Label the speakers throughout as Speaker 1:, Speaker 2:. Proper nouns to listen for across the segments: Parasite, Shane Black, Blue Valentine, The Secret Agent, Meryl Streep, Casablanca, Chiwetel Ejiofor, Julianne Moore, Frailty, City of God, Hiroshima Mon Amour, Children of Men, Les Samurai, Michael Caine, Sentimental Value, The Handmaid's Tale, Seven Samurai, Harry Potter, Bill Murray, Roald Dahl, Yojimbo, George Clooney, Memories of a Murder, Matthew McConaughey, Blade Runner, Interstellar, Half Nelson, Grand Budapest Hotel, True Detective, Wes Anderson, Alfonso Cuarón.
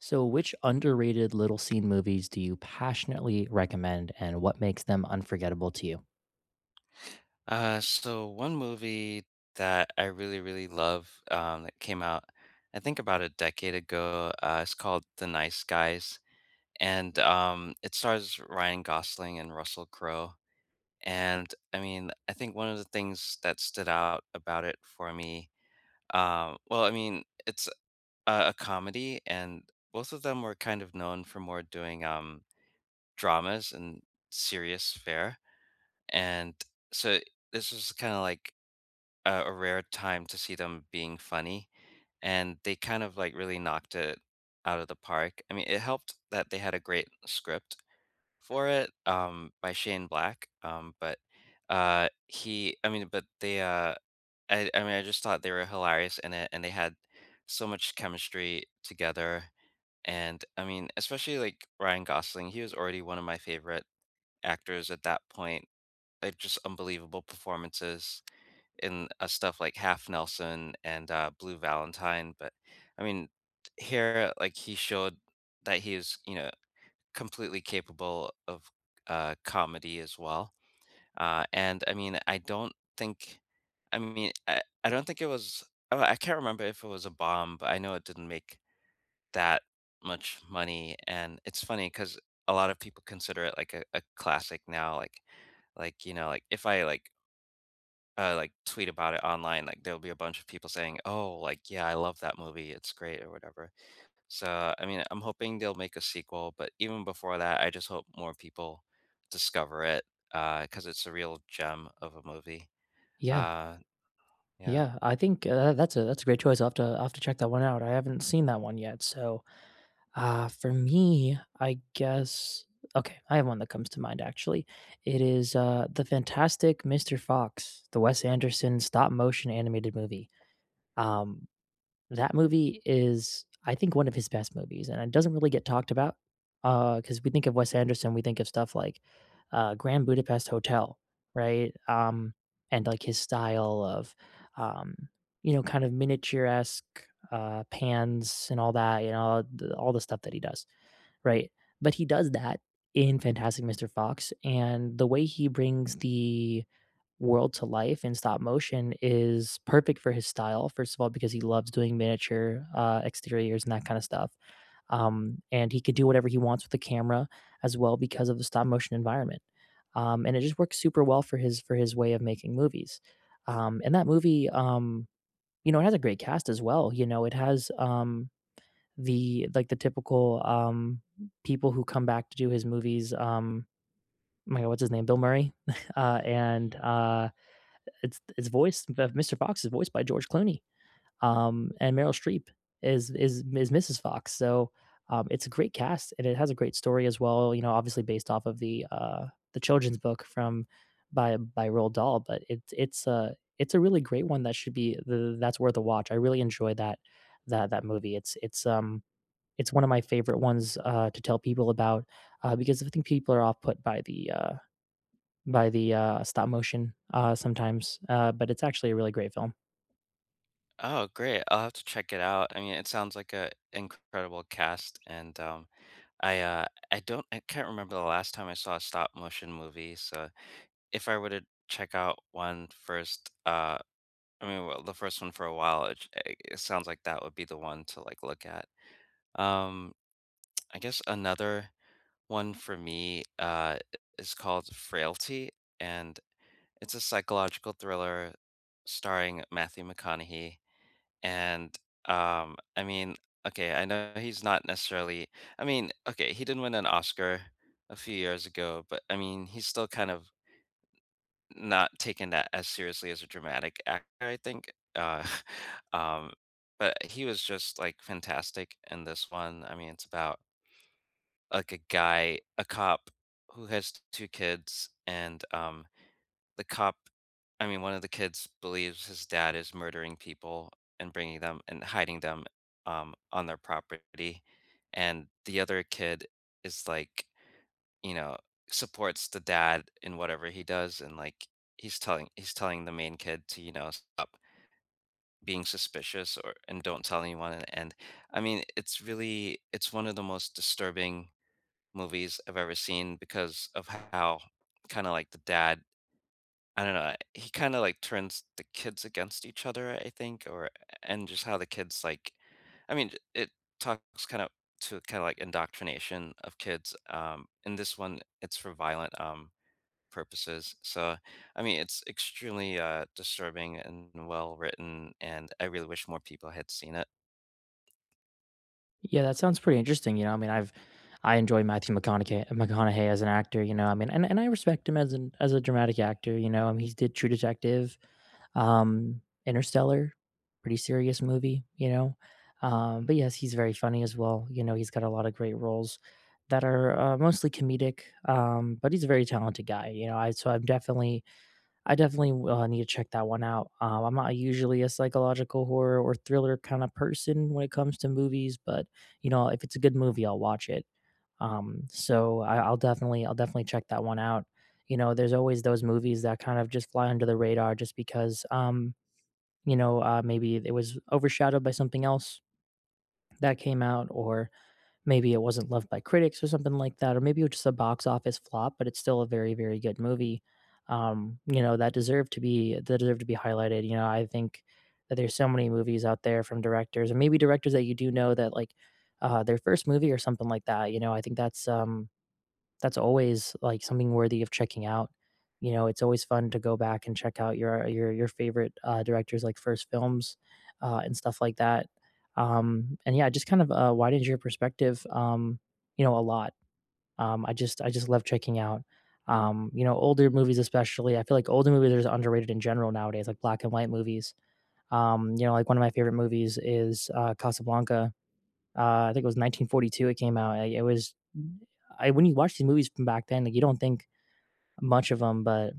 Speaker 1: So, which underrated little scene movies do you passionately recommend, and what makes them unforgettable to you?
Speaker 2: So one movie that I really, really love that came out, I think, about a decade ago. It's called The Nice Guys, and it stars Ryan Gosling and Russell Crowe. And I mean, I think one of the things that stood out about it for me, I mean, it's a comedy, and both of them were kind of known for more doing dramas and serious fare. And so this was kind of like a rare time to see them being funny, and they kind of, like, really knocked it out of the park. I mean, it helped that they had a great script for it, by Shane Black, but, he I mean, but they, I mean, I just thought they were hilarious in it, and they had so much chemistry together, and, I mean, especially, like, Ryan Gosling, he was already one of my favorite actors at that point, like, just unbelievable performances in stuff like Half Nelson and Blue Valentine. But I mean, here, like, he showed that he is, you know, completely capable of comedy as well. And I mean, I don't think it was, oh, I can't remember if it was a bomb, but I know it didn't make that much money. And it's funny because a lot of people consider it like a classic now. Like, you know, like, if I like tweet about it online, like there'll be a bunch of people saying, "Oh, like, yeah, I love that movie. It's great or whatever." So, I mean, I'm hoping they'll make a sequel, but even before that, I just hope more people discover it because it's a real gem of a movie.
Speaker 1: Yeah,
Speaker 2: Uh, yeah.
Speaker 1: yeah. I think that's a great choice. I'll have to check that one out. I haven't seen that one yet. So, for me, I guess okay. I have one that comes to mind actually. It is the Fantastic Mr. Fox, the Wes Anderson stop motion animated movie. Um, That movie is, I think, one of his best movies, and it doesn't really get talked about, because we think of Wes Anderson, we think of stuff like, Grand Budapest Hotel, right? And, like, his style of, um, you know, kind of miniature-esque, pans and all that, you know, the all the stuff that he does, right? But he does that in Fantastic Mr. Fox, and the way he brings the world to life in stop motion is perfect for his style. First of all, because he loves doing miniature exteriors and that kind of stuff, and he could do whatever he wants with the camera as well because of the stop motion environment, and it just works super well for his way of making movies. And that movie, you know, it has a great cast as well. You know, it has the typical people who come back to do his movies. Oh my God, what's his name? Bill Murray and it's voiced Mr. Fox is voiced by George Clooney. And Meryl Streep is Mrs. Fox. So it's a great cast and it has a great story as well. You know, obviously based off of the children's book from by Roald Dahl, but it's a really great one that that's worth a watch. I really enjoy that movie. It's one of my favorite ones to tell people about because I think people are off put by the stop motion, sometimes, but it's actually a really great film.
Speaker 2: Oh, great. I'll have to check it out. I mean, it sounds like a incredible cast, and I uh I can't remember the last time I saw a stop motion movie, so if I were to check out one first, I mean, well, the first one for a while, it sounds like that would be the one to, like, look at. Um, I guess another one for me is called Frailty, and it's a psychological thriller starring Matthew McConaughey. And I mean, okay, I know he's not necessarily. I mean, okay, he didn't win an Oscar a few years ago, but I mean, he's still kind of not taken that as seriously as a dramatic actor, I think, um, but he was just, like, fantastic in this one. I mean, it's about, like, a cop who has 2 kids, and, the cop I mean, one of the kids believes his dad is murdering people and bringing them and hiding them, on their property, and the other kid is, like, you know, supports the dad in whatever he does, and like he's telling the main kid to, you know, stop being suspicious or and don't tell anyone, and I mean, it's really it's one of the most disturbing movies I've ever seen because of how kind of like the dad I don't know. He kind of like turns the kids against each other, I think, or and just how the kids like I mean, it talks kind of to kind of like indoctrination of kids. In this one, it's for violent. Purposes. So, I mean, it's extremely disturbing and well written, and I really wish more people had seen it.
Speaker 1: Yeah, that sounds pretty interesting, you know, I enjoy Matthew McConaughey as an actor, you know, I mean, and I respect him as an as a dramatic actor, you know, I mean, he did True Detective, Interstellar, pretty serious movie, you know, but yes, he's very funny as well, you know, he's got a lot of great roles that are, mostly comedic, but he's a very talented guy, you know, I so I definitely need to check that one out. I'm not usually a psychological horror or thriller kind of person when it comes to movies, but you know, if it's a good movie, I'll watch it. So I'll definitely check that one out. You know, there's always those movies that kind of just fly under the radar just because, you know, maybe it was overshadowed by something else that came out, or maybe it wasn't loved by critics or something like that, or maybe it was just a box office flop, but it's still a very, very good movie. You know, that deserved to be that deserved to be highlighted. You know, I think that there's so many movies out there from directors and maybe directors that you do know that like their first movie or something like that. You know, I think that's always like something worthy of checking out. You know, it's always fun to go back and check out your favorite directors' like first films and stuff like that. And yeah, it just kind of widens your perspective. You know, a lot. I just love checking out you know, older movies especially. I feel like older movies are just underrated in general nowadays, like black and white movies. You know, like one of my favorite movies is Casablanca. I think it was 1942 it came out. Like, it was I when you watch these movies from back then, like you don't think much of them, but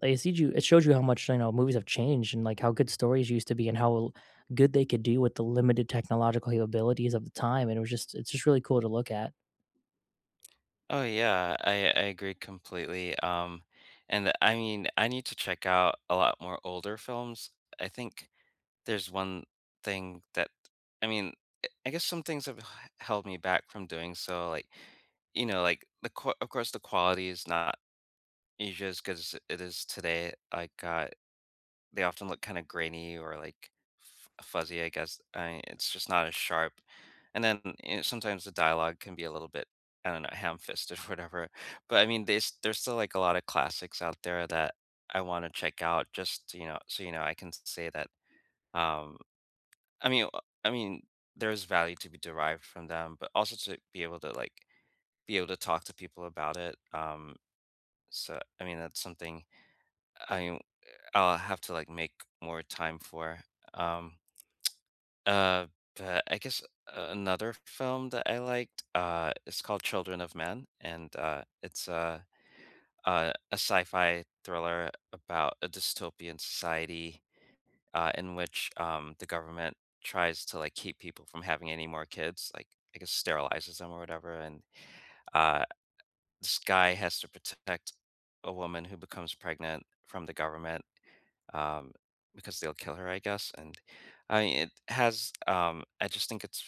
Speaker 1: like, it shows you how much, you know, movies have changed and like how good stories used to be and how good they could do with the limited technological capabilities of the time. And it's just really cool to look at.
Speaker 2: Oh, yeah, I agree completely. And I mean, I need to check out a lot more older films. I think there's one thing that, I mean, I guess some things have held me back from doing so, like, you know, like the of course the quality is not usually as good as it is today. Like, they often look kind of grainy or like fuzzy, I guess. It's just not as sharp. And then, you know, sometimes the dialogue can be a little bit, I don't know, ham-fisted or whatever. But I mean, there's still like a lot of classics out there that I want to check out. Just, you know, so, you know, I can say that. Um, I mean, there's value to be derived from them, but also to be able to like be able to talk to people about it. So I mean, that's something I I'll have to like make more time for. Um, Uh, but I guess another film that I liked, it's called Children of Men, and, it's a sci-fi thriller about a dystopian society, in which, the government tries to, like, keep people from having any more kids, like, I guess sterilizes them or whatever, and, uh, this guy has to protect a woman who becomes pregnant from the government um, because they'll kill her, I guess. And I mean, it has. I just think it's.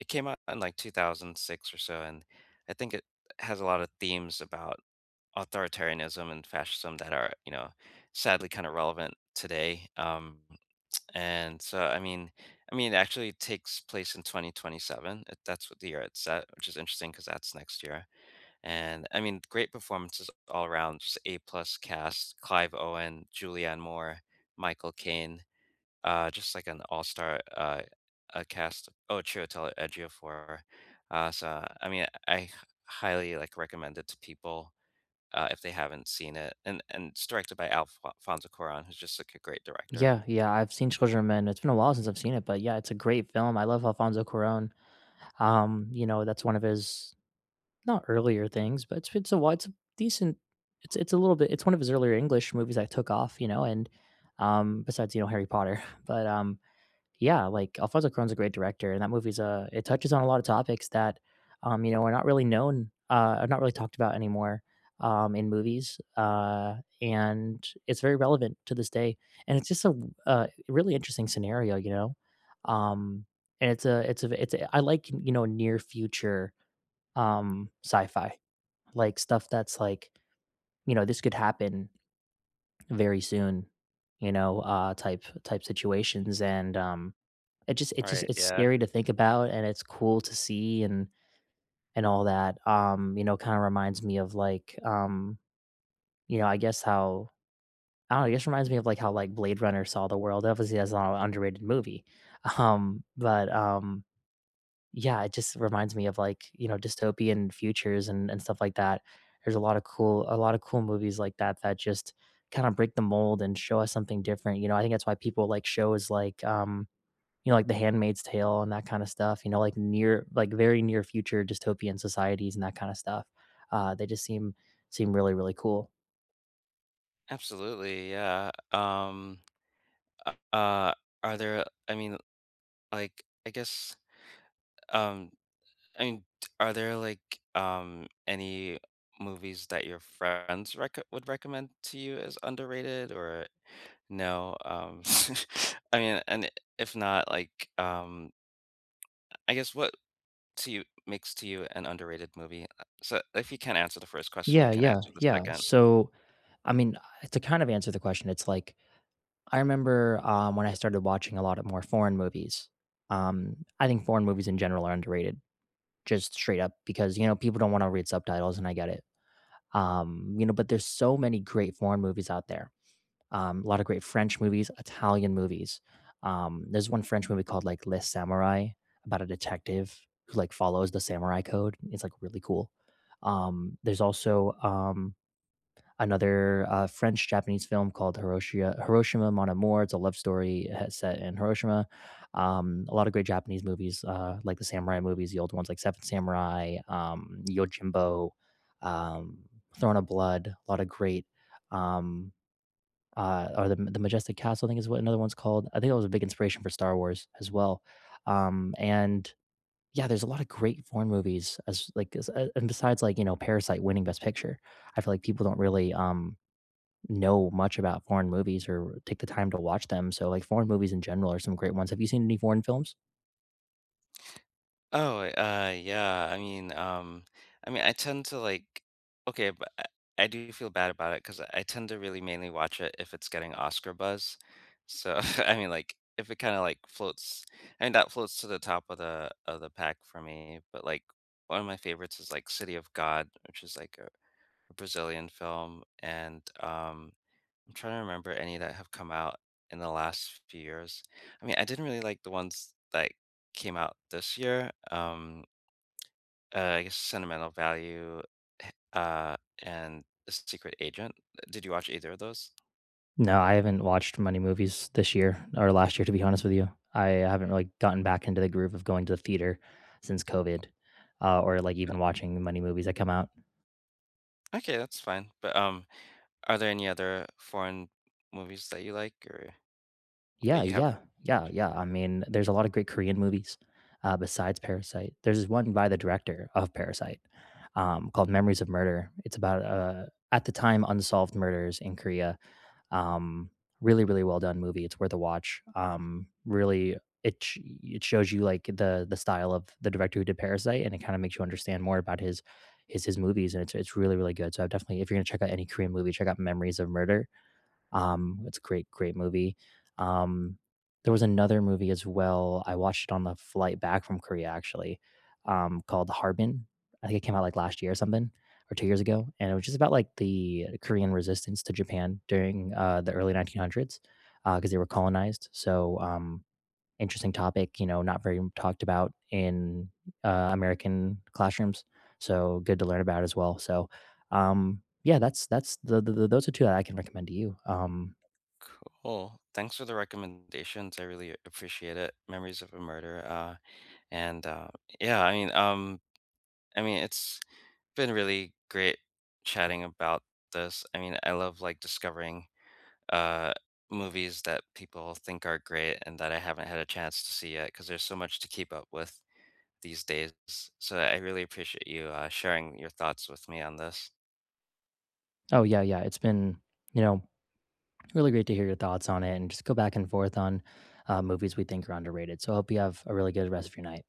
Speaker 2: It came out in, like, 2006 or so, and I think it has a lot of themes about authoritarianism and fascism that are, you know, sadly kind of relevant today. And so, I mean, it actually takes place in 2027. That's what the year it's set, which is interesting because that's next year. And I mean, great performances all around, just A plus cast, Clive Owen, Julianne Moore, Michael Caine, just like an all star cast. Oh, Chiwetel Ejiofor. So I mean, I highly like recommend it to people if they haven't seen it. And it's directed by Alfonso Cuarón, who's just like a great director.
Speaker 1: Yeah, yeah, I've seen Children of Men. It's been a while since I've seen it, but yeah, it's a great film. I love Alfonso Cuarón. You know, that's one of his not earlier things, but it's a decent it's a little bit it's one of his earlier English movies that took off, you know, and besides, you know, Harry Potter. But yeah, like Alfonso Cuarón's a great director and that movie's a it touches on a lot of topics that you know, are not really talked about anymore in movies. And it's very relevant to this day. And it's just a really interesting scenario, you know. Um and it's a, you know, near future sci-fi like stuff that's like, you know, this could happen very soon, you know, type situations, and
Speaker 2: Right.
Speaker 1: it's
Speaker 2: Yeah.
Speaker 1: scary to think about, and it's cool to see, and all that. You know, kind of reminds me of like, you know, I guess how I don't know. I guess reminds me of like how Blade Runner saw the world. Obviously, that's not an underrated movie, but yeah, it just reminds me of like, you know, dystopian futures and stuff like that. There's a lot of cool movies like that that just kind of break the mold and show us something different. You know, I think that's why people like shows like you know, like The Handmaid's Tale and that kind of stuff, you know, like very near future dystopian societies and that kind of stuff. They just seem really really cool.
Speaker 2: Absolutely. Yeah. Uh, uh, Are there? I mean, like, I guess. Um. I mean, t Are there, like, any movies that your friends recom would recommend to you as underrated or no? I mean, and if not, like, I guess what to you an underrated movie? So if you can't answer the first question, you
Speaker 1: Yeah,
Speaker 2: can
Speaker 1: yeah,
Speaker 2: answer the
Speaker 1: yeah.
Speaker 2: second.
Speaker 1: So, I mean, to kind of answer the question, it's like I remember, when I started watching a lot of more foreign movies, I think foreign movies in general are underrated, just straight up because, you know, people don't wanna read subtitles, and I get it. You know, but there's so many great foreign movies out there. A lot of great French movies, Italian movies. There's one French movie called, like, Les Samurai, about a detective who, like, follows the samurai code. It's, like, really cool. There's also, another French Japanese film called Hiroshima Mon Amour. It's a love story set in Hiroshima. A lot of great Japanese movies, like the samurai movies, the old ones like Seven Samurai, Yojimbo, um, Throne of Blood. A lot of great. Um, or the majestic castle, I think is what another one's called. I think it was a big inspiration for Star Wars as well. And yeah, there's a lot of great foreign movies and besides like you know Parasite winning Best Picture, I feel like people don't really know much about foreign movies or take the time to watch them. So, like, foreign movies in general are some great ones. Have you seen any foreign films?
Speaker 2: Oh, yeah. I mean, I tend to like, okay, but I do feel bad about it because I tend to really mainly watch it if it's getting Oscar buzz. So, I mean, like, if it kind of like floats, I mean, that floats to the top of the pack for me. But like, one of my favorites is like City of God, which is like a Brazilian film, and I'm trying to remember any that have come out in the last few years. I mean, I didn't really like the ones that came out this year. I guess Sentimental Value, h- uh, and The Secret Agent. Did you watch either of those?
Speaker 1: No, I haven't watched many movies this year or last year, to be honest with you. I haven't really gotten back into the groove of going to the theater since COVID, or like
Speaker 2: Uh,
Speaker 1: even watching many movies that come out.
Speaker 2: Okay, that's fine. But are there any other foreign movies that you like or that
Speaker 1: Yeah,
Speaker 2: you have?
Speaker 1: yeah, yeah, yeah. I mean, there's a lot of great Korean movies besides Parasite. There's this one by the director of Parasite called Memories of Murder. It's about, at the time, unsolved murders in Korea. Um, really, really well done movie. It's worth a watch. Really, it shows you like the style of the director who did Parasite, and it kind of makes you understand more about his movies, and it's really really good. So I definitely, if you're gonna check out any Korean movie, check out Memories of Murder. It's a great, great movie. Um, there was another movie as well. I watched it on the flight back from Korea actually, called Harbin. I think it came out like last year or something, or two years ago, and it was just about like the Korean resistance to Japan during, the early 1900s, because they were colonized. So, interesting topic, you know, not very talked about in American classrooms. So good to learn about as well. So, yeah, that's the those are two that I can recommend to you.
Speaker 2: Cool. Thanks for the recommendations. I really appreciate it. Memories of a Murder. And Yeah, I mean, it's been really great chatting about this. I mean, I love like discovering uh, movies that people think are great and that I haven't had a chance to see yet because there's so much to keep up with these days. So I really appreciate you sharing your thoughts with me on this.
Speaker 1: Oh yeah, yeah, it's been you know really great to hear your thoughts on it and just go back and forth on movies we think are underrated. So I hope you have a really good rest of your night.